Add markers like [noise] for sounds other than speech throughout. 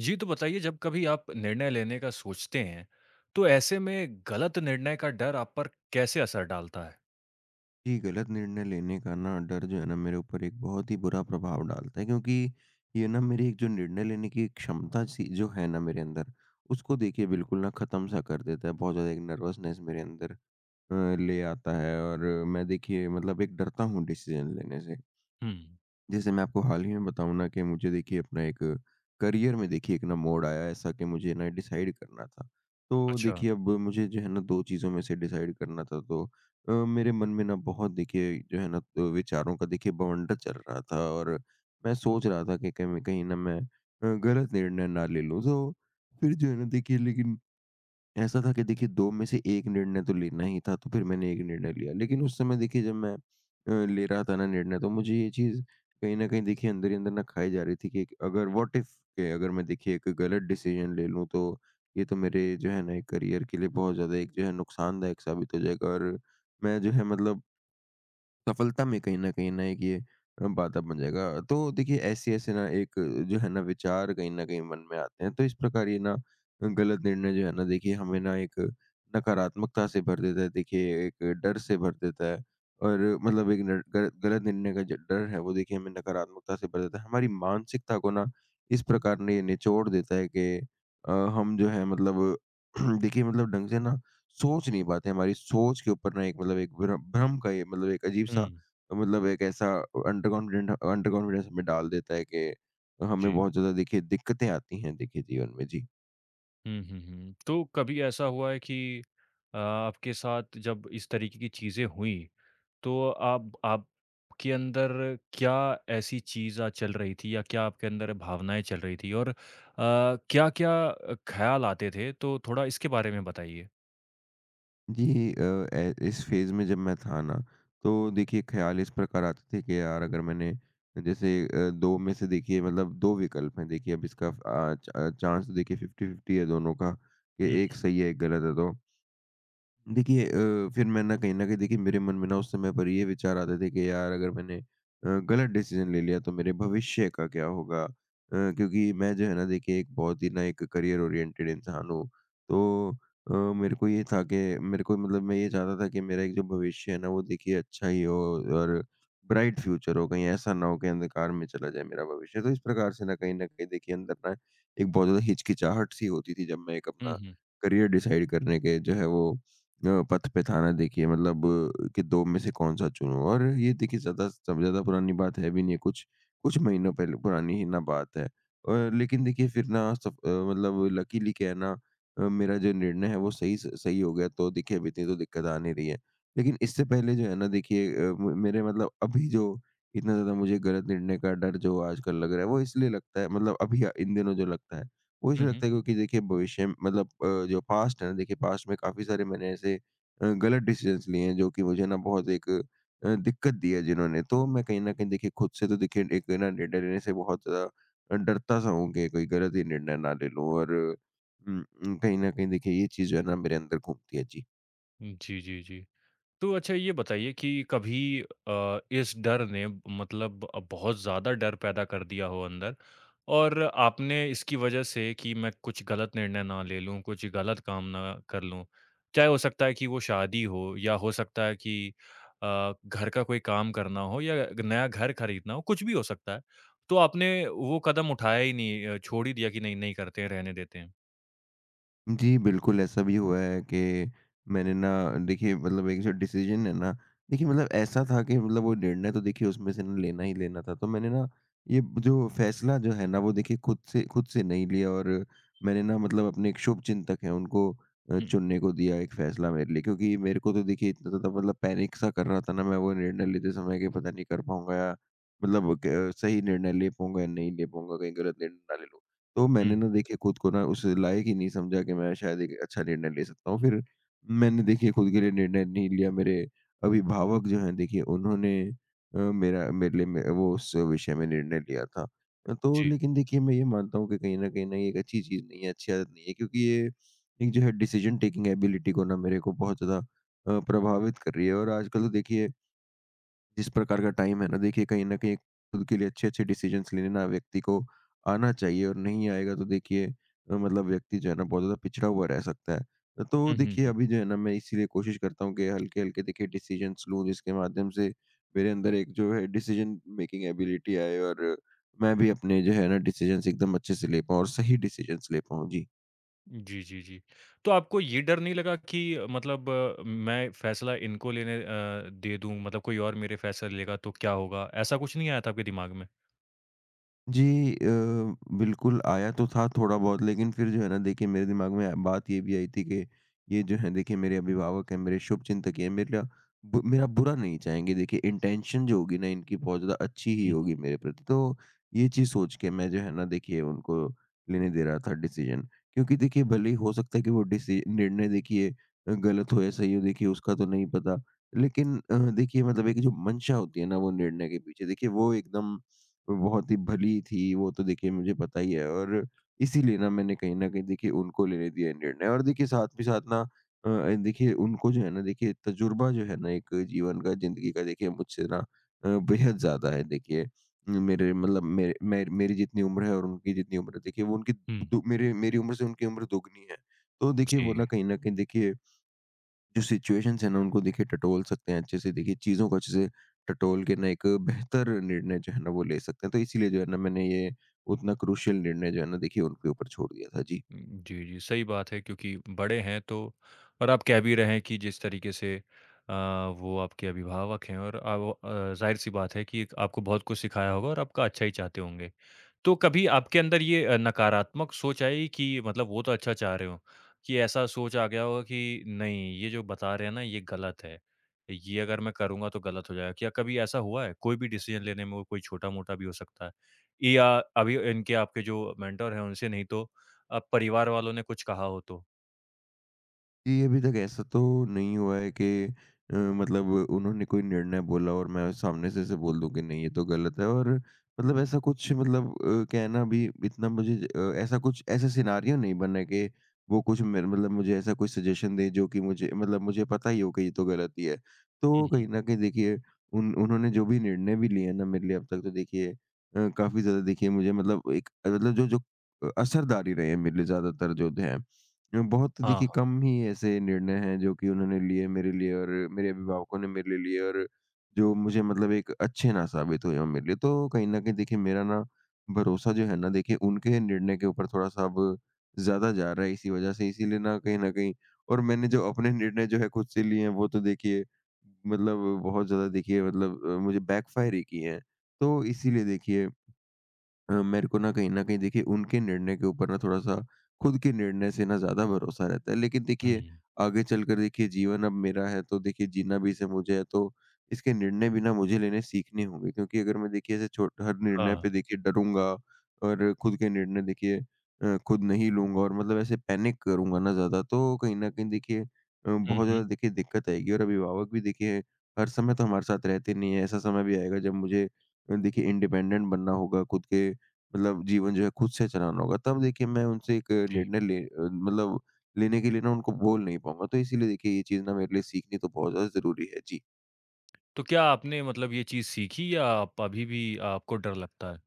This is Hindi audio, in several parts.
जी, तो बताइए जब कभी आप निर्णय लेने का सोचते हैं, तो ऐसे में गलत निर्णय का डर आप पर कैसे असर डालता है? जी, गलत निर्णय लेने का ना डर जो है ना मेरे ऊपर एक बहुत ही बुरा प्रभाव डालता है क्योंकि ये ना मेरी एक जो निर्णय लेने की एक क्षमता सी जो है ना मेरे अंदर उसको देखिए बिल्कुल ना ख़त्म सा कर देता है। बहुत ज़्यादा एक नर्वसनेस मेरे अंदर अ, ले आता है और मैं देखिए मतलब एक डरता हूँ डिसीज़न लेने से। हुँ। जैसे मैं आपको हाल ही में बताऊँ ना कि मुझे देखिए अपना एक करियर में देखिए एक ना मोड़ आया ऐसा कि मुझे ना डिसाइड करना था। तो अच्छा। देखिए अब मुझे जो है ना 2 चीज़ों में से डिसाइड करना था, तो मेरे मन में ना बहुत देखिए जो है ना विचारों का देखिए बवंडर चल रहा था और मैं सोच रहा था कि कहीं कहीं ना मैं गलत निर्णय ना ले लूँ। तो फिर जो है ना देखिए लेकिन ऐसा था कि देखिए 2 में से 1 निर्णय तो लेना ही था, तो फिर मैंने 1 निर्णय लिया। लेकिन उस समय देखिए जब मैं ले रहा था ना निर्णय, तो मुझे ये चीज़ कहीं न कहीं देखिए अंदर ही अंदर ना खाई जा रही थी कि एक अगर व्हाट इफ के अगर मैं देखिए एक गलत डिसीज़न ले लूँ तो ये तो मेरे जो है ना एक करियर के लिए बहुत ज़्यादा एक जो है नुकसानदायक साबित हो जाएगा और मैं जो है मतलब सफलता में कहीं न कहीं ना एक ये बाधा बन जाएगा। तो देखिए ऐसे-ऐसे ना एक जो है ना विचार कहीं न कहीं मन में आते हैं। तो इस प्रकार ये ना गलत निर्णय जो है ना देखिए हमें ना एक नकारात्मकता से भर देता है। देखिए एक डर से भर देता है और मतलब एक नर ग गलत निर्णय का जो डर है वो देखिए हमें नकारात्मकता से भर देता है। हमारी मानसिकता को ना इस प्रकार ने ये निचोड़ देता है कि हम जो है मतलब [clears throat] देखिए मतलब ढंग से ना सोच नहीं पाते, हमारी सोच के ऊपर ना एक मतलब एक भ्रम भ्रम का ये मतलब एक हुँ, अजीब-सा मतलब एक ऐसा अंडर कॉन्फिडेंट अंडर कॉन्फिडेंस हमें डाल देता है कि हमें जी। बहुत ज़्यादा देखिए दिक्कतें आती हैं देखिए जीवन में। जी। हुँ, हुँ, हुँ। तो कभी ऐसा हुआ है कि आपके साथ जब इस तरीके की चीज़ें हुई, तो आप आपके अंदर क्या ऐसी चीज़ चल रही थी या क्या आपके अंदर भावनाएँ चल रही थी? और क्या-क्या ख़्याल आते थे? तो थोड़ा इसके बारे में बताइए। जी, अ, ए इस फ़ेज़ में जब मैं था ना, तो देखिए ख़्याल इस प्रकार आते थे कि यार अगर मैंने जैसे 2 में से देखिए मतलब 2 विकल्प हैं, देखिए अब इसका अ, च चांस तो देखिए 50-50 है दोनों का कि एक हुँ। सही है, एक गलत है, तो देखिए फिर मैं ना कहीं न कहीं देखिए मेरे मन में ना उस समय पर ये विचार आते थे कि यार अगर मैंने गलत डिसीज़न ले लिया तो मेरे भविष्य का क्या होगा? क्योंकि मैं जो है ना देखिए एक बहुत ही ना एक करियर ओरिएंटेड इंसान हूँ। तो मेरे को ये था कि मेरे को मतलब मैं ये चाहता था कि मेरा एक जो भविष्य है ना वो देखिए अच्छा ही हो और ब्राइट फ्यूचर हो, कहीं ऐसा ना हो कि अंधकार में चला जाए मेरा भविष्य। तो इस प्रकार से ना कहीं न कहीं देखिए अंदर ना एक बहुत ज़्यादा हिचकिचाहट सी होती थी जब मैं एक हुँ, अपना हुँ। करियर डिसाइड करने के जो है वो पथ पे थाना, देखिए मतलब कि 2 में से कौन-सा चुनूँ? और ये देखिए ज़्यादा सब ज़्यादा पुरानी बात है भी नहीं, है, कुछ कुछ महीनों पहले पुरानी ही ना बात है। लेकिन देखिए फिर ना सब मतलब लकीली क्या है ना मेरा जो निर्णय है वो सही हो गया तो देखिए अभी इतनी तो दिक्कत आ नहीं रही है। लेकिन इससे पहले जो है ना देखिए अ, म मेरे मतलब अभी जो इतना ज़्यादा मुझे गलत निर्णय का डर जो आजकल लग रहा है वो इसलिए लगता है, मतलब अभी इन दिनों जो लगता है, मुझे हुँ, हुँ। लगता है क्योंकि देखिए भविष्य में मतलब जो पास्ट है ना देखिए पास्ट में काफ़ी सारे मैंने ऐसे गलत डिसीजंस लिए हैं जो कि मुझे ना बहुत एक दिक्कत दी है जिन्होंने। तो मैं कहीं न कहीं देखिए खुद से तो देखिए एक ना निर्णय लेने से बहुत ज़्यादा डरता सा हूँ कि कोई गलत ही निर्णय ना ले लूँ और कहीं न कहीं देखिए ये चीज़ जो है ना मेरे अंदर घूमती है। जी। जी, जी, जी। तो अच्छा ये बताइए कि कभी इस डर ने मतलब बहुत ज़्यादा डर पैदा कर दिया हो अंदर और आपने इसकी वजह से कि मैं कुछ गलत निर्णय ना ले लूँ, कुछ गलत काम ना कर लूँ। चाहे हो सकता है कि वो शादी हो या हो सकता है कि घर का कोई काम करना हो या नया घर खरीदना हो, कुछ भी हो सकता है। तो आपने वो कदम उठाया ही नहीं छोड़ ही दिया कि नहीं, नहीं करते हैं, रहने देते हैं। जी, बिल्कुल ऐसा भी हुआ है कि मैंने ना देखिए मतलब एक जो डिसीज़न है ना, देखिए मतलब ऐसा था कि मतलब वो निर्णय तो देखिए उसमें से ना लेना ही लेना था। तो मैंने ना ये जो फ़ैसला जो है ना वो देखिए खुद से नहीं लिया और मैंने ना मतलब अपने एक शुभचिंतक हैं उनको हुँ, चुनने को दिया एक फ़ैसला मेरे लिए। क्योंकि मेरे को तो देखिए इतना ज़्यादा मतलब पैनिक सा कर रहा था ना मैं वो निर्णय लेते समय कि पता नहीं कर पाऊँगा या मतलब क सही निर्णय ले पाऊँगा या नहीं ले पाऊँगा, कहीं गलत निर्णय ना ले लूँ। तो हुँ, मैंने ना देखिए खुद को ना उस लायक ही नहीं समझा कि मैं शायद एक अच्छा निर्णय ले सकता हूँ। फिर मैंने देखिए खुद के लिए निर्णय नहीं लिया। मेरे अभिभावक जो हैं देखिए उन्होंने अ, मेरा मेरे लिए मे वो उस विषय में निर्णय लिया था। तो जी। लेकिन देखिए मैं ये मानता हूँ कि कहीं न कहीं ना ये एक अच्छी चीज़ नहीं है, अच्छी आदत नहीं है, क्योंकि ये एक जो है डिसीज़न टेकिंग एबिलिटी को ना मेरे को बहुत ज़्यादा प्रभावित कर रही है और आजकल तो देखिए जिस प्रकार का टाइम है ना देखिए कहीं न कहीं खुद के लिए अच्छे-अच्छे डिसीज़न्स लेने ना व्यक्ति को आना चाहिए, और नहीं आएगा तो देखिए मतलब व्यक्ति जो है ना बहुत ज़्यादा पिछड़ा हुआ रह सकता है। तो हुँ, देखिए हुँ। अभी जो है ना मैं इसीलिए कोशिश करता हूँ कि हल्के-हल्के देखिए डिसीज़न्स लूँ जिसके माध्यम से मेरे अंदर एक जो है डिसीज़न मेकिंग एबिलिटी आए और मैं भी अपने जो है ना डिसीज़न्स एकदम अच्छे से ले पाऊँ और सही डिसीज़न्स ले पाऊँ। जी। जी, जी, जी। तो आपको ये डर नहीं लगा कि मतलब मैं फ़ैसला इनको लेने दे दूँ मतलब कोई और मेरे फ़ैसला लेगा तो क्या होगा? ऐसा कुछ नहीं आया था आपके दिमाग में? जी, बिल्कुल आया तो था थोड़ा बहुत, लेकिन फिर जो है ना देखिए मेरे दिमाग में बात ये भी आई थी कि ये जो है देखिए मेरे अभिभावक हैं, मेरे शुभचिंतक हैं, मेरे लिए बु मेरा बुरा नहीं चाहेंगे। देखिए इंटेंशन जो होगी ना इनकी बहुत ज़्यादा अच्छी ही हुँ, होगी मेरे प्रति। तो ये चीज़ सोच के मैं जो है ना देखिए उनको लेने दे रहा था डिसीज़न। क्योंकि देखिए भले ही हो सकता है कि वो डिसी निर्णय देखिए गलत हो या सही हो, देखिए उसका तो नहीं पता। लेकिन देखिए मतलब एक जो मंशा होती है ना वो निर्णय के पीछे, देखिए वो एकदम बहुत ही भली थी, वो तो देखिए मुझे पता ही है और इसीलिए ना मैंने कहीं न कहीं देखिए उनको लेने दिया ये निर्णय और देखिए साथ ही साथ ना अ, देखिए उनको जो है ना देखिए तजुर्बा जो है ना एक जीवन का, ज़िंदगी का देखिए मुझसे ना बेहद ज़्यादा है देखिए। मेरे मतलब मेरे मे मेरी जितनी उम्र है और उनकी जितनी उम्र है, देखिए वो उनकी हुँ। दु मेरे मेरी उम्र से उनकी उम्र दोगुनी है। तो देखिए जी। वो ना कहीं न कहीं देखिए जो सिचुएशंस है ना उनको देखिए टटोल सकते हैं अच्छे से, देखिए चीज़ों को अच्छे से टटोल के ना एक बेहतर निर्णय जो है ना वो ले सकते हैं। तो इसीलिए जो है ना मैंने ये उतना क्रूशियल निर्णय जो है ना देखिए उनके ऊपर छोड़ दिया था। जी। उम, जी, जी, सही बात है क्योंकि बड़े हैं तो और आप कह भी रहे हैं कि जिस तरीके से अ, वो आपके अभिभावक हैं और वो ज़ाहिर-सी बात है कि आपको बहुत कुछ सिखाया होगा और आपका अच्छा ही चाहते होंगे। तो कभी आपके अंदर ये नकारात्मक सोच आई कि मतलब वो तो अच्छा चाह रहे हो, कि ऐसा सोच आ गया होगा कि नहीं ये जो बता रहे हैं ना ये गलत है, ये अगर मैं करूँगा तो गलत हो जाएगा। क्या कभी ऐसा हुआ है? कोई भी डिसीज़न लेने में वो कोई छोटा-मोटा भी हो सकता है या अभी इनके आपके जो मेंटर हैं उनसे नहीं तो परिवार वालों ने कुछ कहा हो तो? जी, अभी तक ऐसा तो नहीं हुआ है कि मतलब उन्होंने कोई निर्णय बोला और मैं सामने से ऐसे बोल दूँ कि नहीं, ये तो गलत है, और मतलब ऐसा कुछ मतलब कहना भी इतना मुझे ऐसा कुछ ऐसा सिनेरियो नहीं बना है कि वो कुछ मेरे मतलब मुझे ऐसा कोई सजेशन दें जो कि मुझे मतलब मुझे पता ही हो कि ये तो गलत ही है। तो हुँ, हुँ। कहीं न कहीं देखिए उन उन्होंने जो भी निर्णय भी लिए हैं ना मेरे लिए अब तक, तो देखिए काफ़ी ज़्यादा देखिए मुझे मतलब एक मतलब जो जो असरदार ही रहे हैं मेरे लिए ज़्यादातर जो हैं। बहुत तो हाँ, देखिए हाँ। कम ही ऐसे निर्णय हैं जो कि उन्होंने लिए मेरे लिए और मेरे अभिभावकों ने मेरे लिए लिए और जो मुझे मतलब एक अच्छे ना साबित हुए हों मेरे लिए। तो कहीं न कहीं देखिए मेरा ना भरोसा जो है ना देखिए उनके निर्णय के ऊपर थोड़ा-सा अब ज़्यादा जा रहा है इसी वज़ह से। इसीलिए ना कहीं न कहीं, और मैंने जो अपने निर्णय जो है खुद से लिए हैं वो तो देखिए मतलब बहुत ज़्यादा देखिए मतलब मुझे बैकफायर ही किए हैं। तो इसीलिए देखिए मेरे को ना कहीं न कहीं देखिए उनके निर्णय के ऊपर ना थोड़ा-सा खुद के निर्णय से ना ज़्यादा भरोसा रहता है। लेकिन हुँ, देखिए आगे चलकर देखिए जीवन अब मेरा है तो देखिए जीना भी इसे मुझे है तो इसके निर्णय भी ना मुझे लेने सीखने होंगे। क्योंकि अगर मैं देखिए ऐसे छोट हर निर्णय हाँ। पे देखिए डरूँगा और खुद के निर्णय देखिए खुद नहीं लूँगा और मतलब ऐसे पैनिक करूँगा ना ज़्यादा तो कहीं न कहीं देखिए हुँ, बहुत हुँ। ज़्यादा देखिए दिक्कत आएगी। और अभिभावक भी देखिए हर समय तो हमारे साथ रहते नहीं है। ऐसा समय भी आएगा जब मुझे देखिए इंडिपेंडेंट बनना होगा खुद के मतलब जीवन जो है खुद से चलाना होगा, तब देखिए मैं उनसे एक जी। मतलब लेने के लिए ना उनको बोल नहीं पाऊँगा। तो इसीलिए देखिए ये चीज़ ना मेरे लिए सीखनी तो बहुत ज़्यादा ज़रूरी है। जी। तो क्या आपने मतलब ये चीज़ सीखी या आप अभी भी आपको डर लगता है?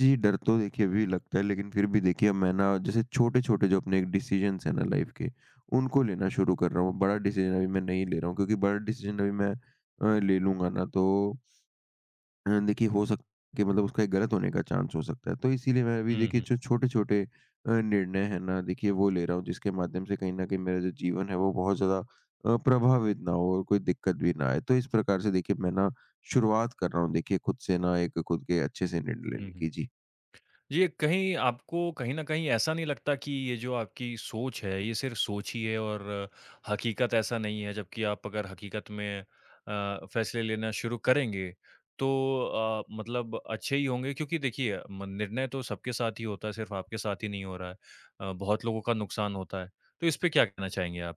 जी, डर तो देखिए अभी लगता है लेकिन फिर भी देखिए अब मैं ना जैसे छोटे-छोटे जो अपने डिसीज़न्स हैं ना लाइफ़ के, उनको लेना शुरू कर रहा हूँ। बड़ा डिसीज़न अभी मैं नहीं ले रहा हूँ क्योंकि बड़ा डिसीज़न अभी मैं ले लूँगा ना तो देखिए हो सकता है कि मतलब उसका एक गलत होने का चांस हो सकता है। तो इसीलिए मैं अभी हुँ, देखिए हुँ। जो छोटे-छोटे निर्णय हैं ना देखिए वो ले रहा हूँ जिसके माध्यम से कहीं न कहीं मेरा जो जीवन है वो बहुत ज़्यादा प्रभावित ना हो और कोई दिक्कत भी ना आए। तो इस प्रकार से देखिए मैं ना शुरुआत कर रहा हूँ देखिए खुद से ना एक खुद के अच्छे से निर्णय हुँ, लेने हुँ। की। जी। ये कहीं आपको कहीं न कहीं ऐसा नहीं लगता कि ये जो आपकी सोच है, ये सिर्फ़ सोच ही है और हकीकत ऐसा नहीं है, जबकि आप अगर हकीकत में फ़ैसले लेना शुरू करेंगे, तो मतलब अच्छे ही होंगे क्योंकि देखिए म निर्णय तो सबके साथ ही होता है, सिर्फ़ आपके साथ ही नहीं हो रहा है। बहुत लोगों का नुकसान होता है। तो इस पे क्या कहना चाहेंगे आप?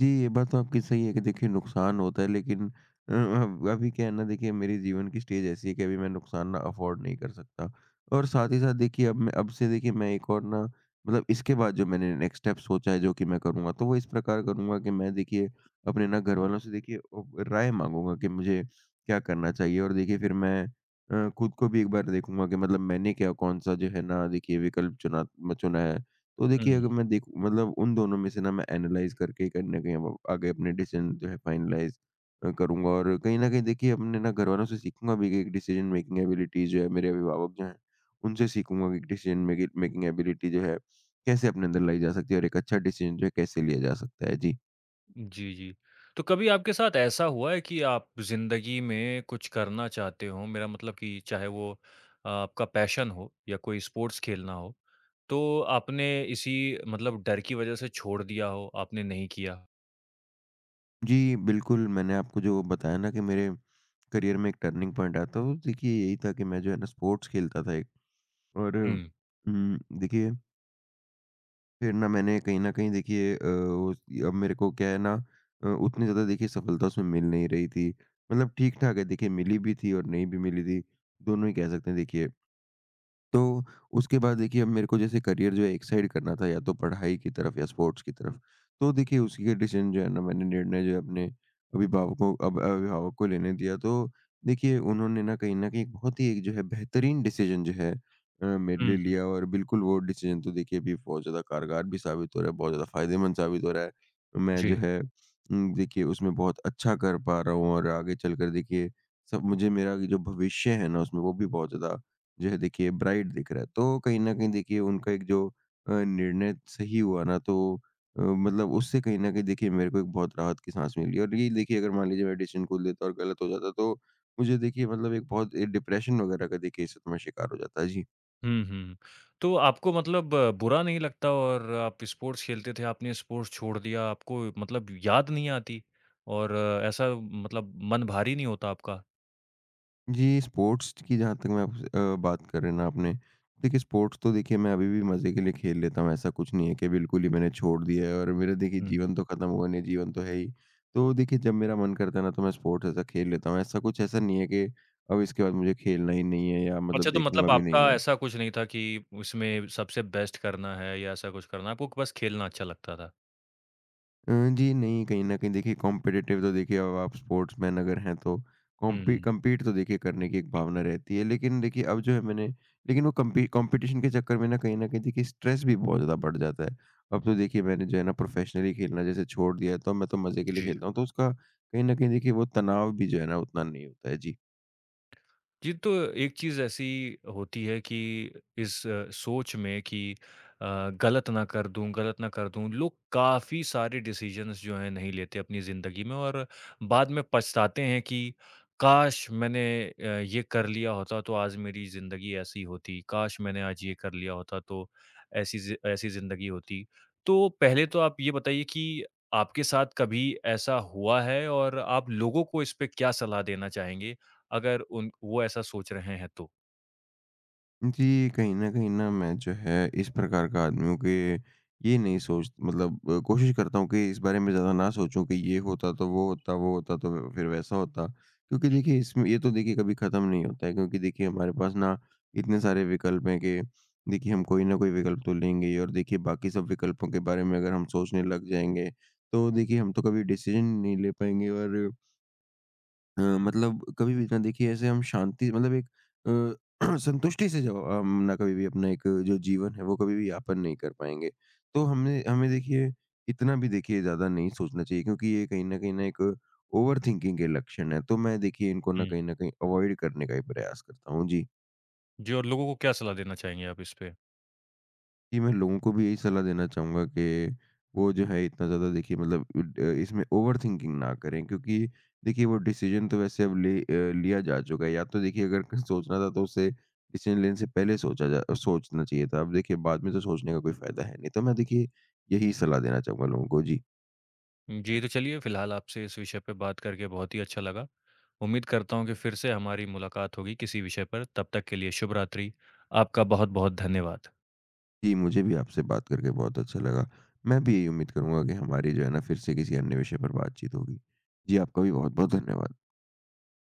जी, ये बात तो आपकी सही है कि देखिए नुकसान होता है लेकिन अब अभी क्या है ना देखिए मेरे जीवन की स्टेज ऐसी है कि अभी मैं नुकसान ना अफ़ोर्ड नहीं कर सकता। और साथ ही साथ देखिए अब से देखिए मैं एक और ना मतलब इसके बाद जो मैंने नेक्स्ट स्टेप सोचा है जो कि मैं करूँगा, तो वो इस प्रकार करूँगा कि मैं देखिए अपने ना घरवालों से देखिए ओ राय माँगूँगा कि मुझे क्या करना चाहिए और देखिए फिर मैं खुद को भी एक बार देखूँगा कि मतलब मैंने क्या कौन-सा जो है ना देखिए विकल्प चुना है। तो देखिए अगर मैं देखूँ मतलब उन दोनों में से ना मैं एनालाइज़ करके कहीं न कहीं अब आगे अपने डिसीज़न जो है फाइनलाइज़ करूँगा और कहीं न कहीं देखिए अपने ना घरवालों से सीखूँगा भी कि एक डिसीज़न मेकिंग एबिलिटी जो है मेरे अभिभावक जो हैं, उनसे सीखूँगा कि डिसीज़न मेकि मेकिंग एबिलिटी जो है कैसे अपने अंदर लाई जा सकती है और एक अच्छा डिसीज़न जो है कैसे लिया जा सकता है? जी। जी, जी। तो कभी आपके साथ ऐसा हुआ है कि आप ज़िंदगी में कुछ करना चाहते हो? मेरा मतलब कि चाहे वो आपका पैशन हो या कोई स्पोर्ट्स खेलना हो, तो आपने इसी मतलब डर की वज़ह से छोड़ दिया हो, आपने नहीं किया? जी, बिल्कुल मैंने आपको जो बताया ना कि मेरे करियर में एक टर्निंग पॉइंट आया था, तो देखिए यही था कि मैं जो है ना स्पोर्ट्स खेलता था एक और हुँ। देखिए फिर ना मैंने कहीं न कहीं देखिए अ, उस अब मेरे को क्या है ना अ, उतनी ज़्यादा देखिए सफलता उसमें मिल नहीं रही थी। मतलब ठीक-ठाक है देखिए मिली भी थी और नहीं भी मिली थी, दोनों ही कह सकते हैं देखिए। तो उसके बाद देखिए अब मेरे को जैसे करियर जो है एक साइड करना था या तो पढ़ाई की तरफ या स्पोर्ट्स की तरफ। तो देखिए उसी के डिसीज़न जो है ना मैंने निर्णय जो है अपने अभिभावक को लेने दिया। तो देखिए उन्होंने ना कहीं न कहीं एक बहुत ही एक जो है बेहतरीन डिसीज़न जो है मेरे हुँ, लिए हुँ। लिया और बिल्कुल वो डिसीज़न तो देखिए अभी बहुत ज़्यादा कारगर भी साबित हो रहा है, बहुत ज़्यादा फ़ायदेमंद साबित हो रहा है। मैं जो जी। है देखिए उसमें बहुत अच्छा कर पा रहा हूँ और आगे चलकर देखिए सब मुझे मेरा जो भविष्य है ना उसमें वो भी बहुत ज़्यादा जो है देखिए ब्राइट दिख रहा है। तो कहीं न कहीं देखिए उनका एक जो निर्णय सही हुआ ना तो मतलब उससे कहीं न कहीं देखिए मेरे को एक बहुत राहत की सांस मिली और ये देखिए अगर मान लीजिए मैं डिसीज़न को लेता और गलत हो जाता तो मुझे देखिए मतलब एक बहुत ए डिप्रेशन वगैरह का देखिए इस समय शिकार हो जाता। जी। हुँ, हुँ। तो आपको मतलब बुरा नहीं लगता और आप स्पोर्ट्स खेलते थे, आपने स्पोर्ट्स छोड़ दिया, आपको मतलब याद नहीं आती और ऐसा मतलब मन भारी नहीं होता आपका? जी, स्पोर्ट्स की जहाँ तक मैं आपसे बात कर रहे हैं ना आपने, देखिए स्पोर्ट्स तो देखिए मैं अभी भी मज़े के लिए खेल लेता हूँ, ऐसा कुछ नहीं है कि बिल्कुल ही मैंने छोड़ दिया है और मेरा देखिए हुँ। जीवन तो खत्म हुआ नहीं, जीवन तो है ही। तो देखिए जब मेरा मन करता है ना तो मैं स्पोर्ट्स ऐसा खेल लेता हूँ, ऐसा नहीं है कि अब इसके बाद मुझे खेलना ही नहीं है या अच्छा, मतलब तो देखूँगा मतलब भी आपका नहीं मैं। ऐसा कुछ नहीं था कि उसमें सबसे बेस्ट करना है या ऐसा कुछ करना है, आपको बस खेलना अच्छा लगता था? अ, जी नहीं, कहीं न कहीं देखिए कॉम्पिटिटिव तो देखिए अब आप स्पोर्ट्समैन अगर हैं तो हुँ, कॉम्पी हुँ। कम्पीट तो देखिए करने की एक भावना रहती है। लेकिन देखिए अब जो है मैंने लेकिन वो कम्पी कॉम्पिटिशन के चक्कर में ना कहीं न कहीं देखिए स्ट्रेस भी बहुत ज़्यादा बढ़ जाता है। अब तो देखिए मैंने जो है ना प्रोफ़ेशनली खेलना जैसे छोड़ दिया है तो मैं तो मज़े के लिए जी। खेलता हूँ। तो उसका कहीं न कहीं देखिए वो तनाव भी जो है ना उतना नहीं होता है। जी। ये तो एक चीज़ ऐसी होती है कि इस सोच में कि गलत ना कर दूं गलत ना कर दूं लोग काफ़ी सारे डिसीजंस जो हैं नहीं लेते अपनी ज़िंदगी में और बाद में पछताते हैं कि काश मैंने ये कर लिया होता तो आज मेरी ज़िंदगी ऐसी होती काश मैंने आज ये कर लिया होता तो ऐसी ज़िंदगी होती तो पहले तो आप ये बताइए कि आपके साथ कभी ऐसा हुआ है और आप लोगों को इस पे क्या सलाह देना चाहेंगे अगर उन वो ऐसा सोच रहे हैं तो। जी, कहीं न कहीं ना मैं जो है इस प्रकार का आदमी हूँ कि ये नहीं सोच मतलब कोशिश करता हूँ कि इस बारे में ज़्यादा ना सोचूँ कि ये होता तो वो होता तो फिर वैसा होता। क्योंकि देखिए इसमें ये तो देखिए कभी ख़त्म नहीं होता है क्योंकि देखिए हमारे पास ना इतने सारे विकल्प हैं कि देखिए हम कोई ना कोई विकल्प तो लेंगे ही और देखिए बाकी सब विकल्पों के बारे में अगर हम सोचने लग जाएँगे, तो देखिए हम तो कभी डिसीज़न नहीं ले पाएँगे और मतलब कभी भी ना देखिए ऐसे हम शांति मतलब एक अ, [clears throat] संतुष्टि से जब हम ना कभी भी अपना एक जो जीवन है वो कभी भी यापन नहीं कर पाएँगे। तो हमने हमें देखिए इतना भी देखिए ज़्यादा नहीं सोचना चाहिए क्योंकि ये कहीं न एक ओवरथिंकिंग के लक्षण हैं। तो मैं देखिए इनको ना हुँ, कहीं न कहीं अवॉइड करने का ही प्रयास करता हूँ। जी। जी और लोगों को क्या सलाह देना चाहेंगे आप इस पे? जी, मैं लोगों को भी यही सलाह देना चाहूँगा कि वो जो है इतना ज़्यादा देखिए मतलब इसमें ओवरथिंकिंग ना करें क्योंकि देखिए वो डिसीज़न तो वैसे लिया जा चुका है। या तो देखिए अगर क सोचना था तो उसे डिसीज़न लेने से पहले सोचा जा सोचना चाहिए था। अब देखिए बाद में तो सोचने का कोई फ़ायदा है नहीं। तो मैं देखिए यही सलाह देना चाहूँगा लोगों को। जी। जी, तो चलिए फिलहाल आपसे इस विषय पे बात करके बहुत ही अच्छा लगा। उम्मीद करता हूँ कि फिर से हमारी मुलाकात होगी किसी विषय पर, तब तक के लिए शुभ रात्रि। आपका बहुत-बहुत धन्यवाद। जी, मुझे भी आपसे बात करके बहुत अच्छा लगा। मैं भी यही उम्मीद करूँगा कि हमारी जो है ना फिर से किसी अन्य विषय पर बातचीत होगी। जी, आपका भी बहुत-बहुत धन्यवाद।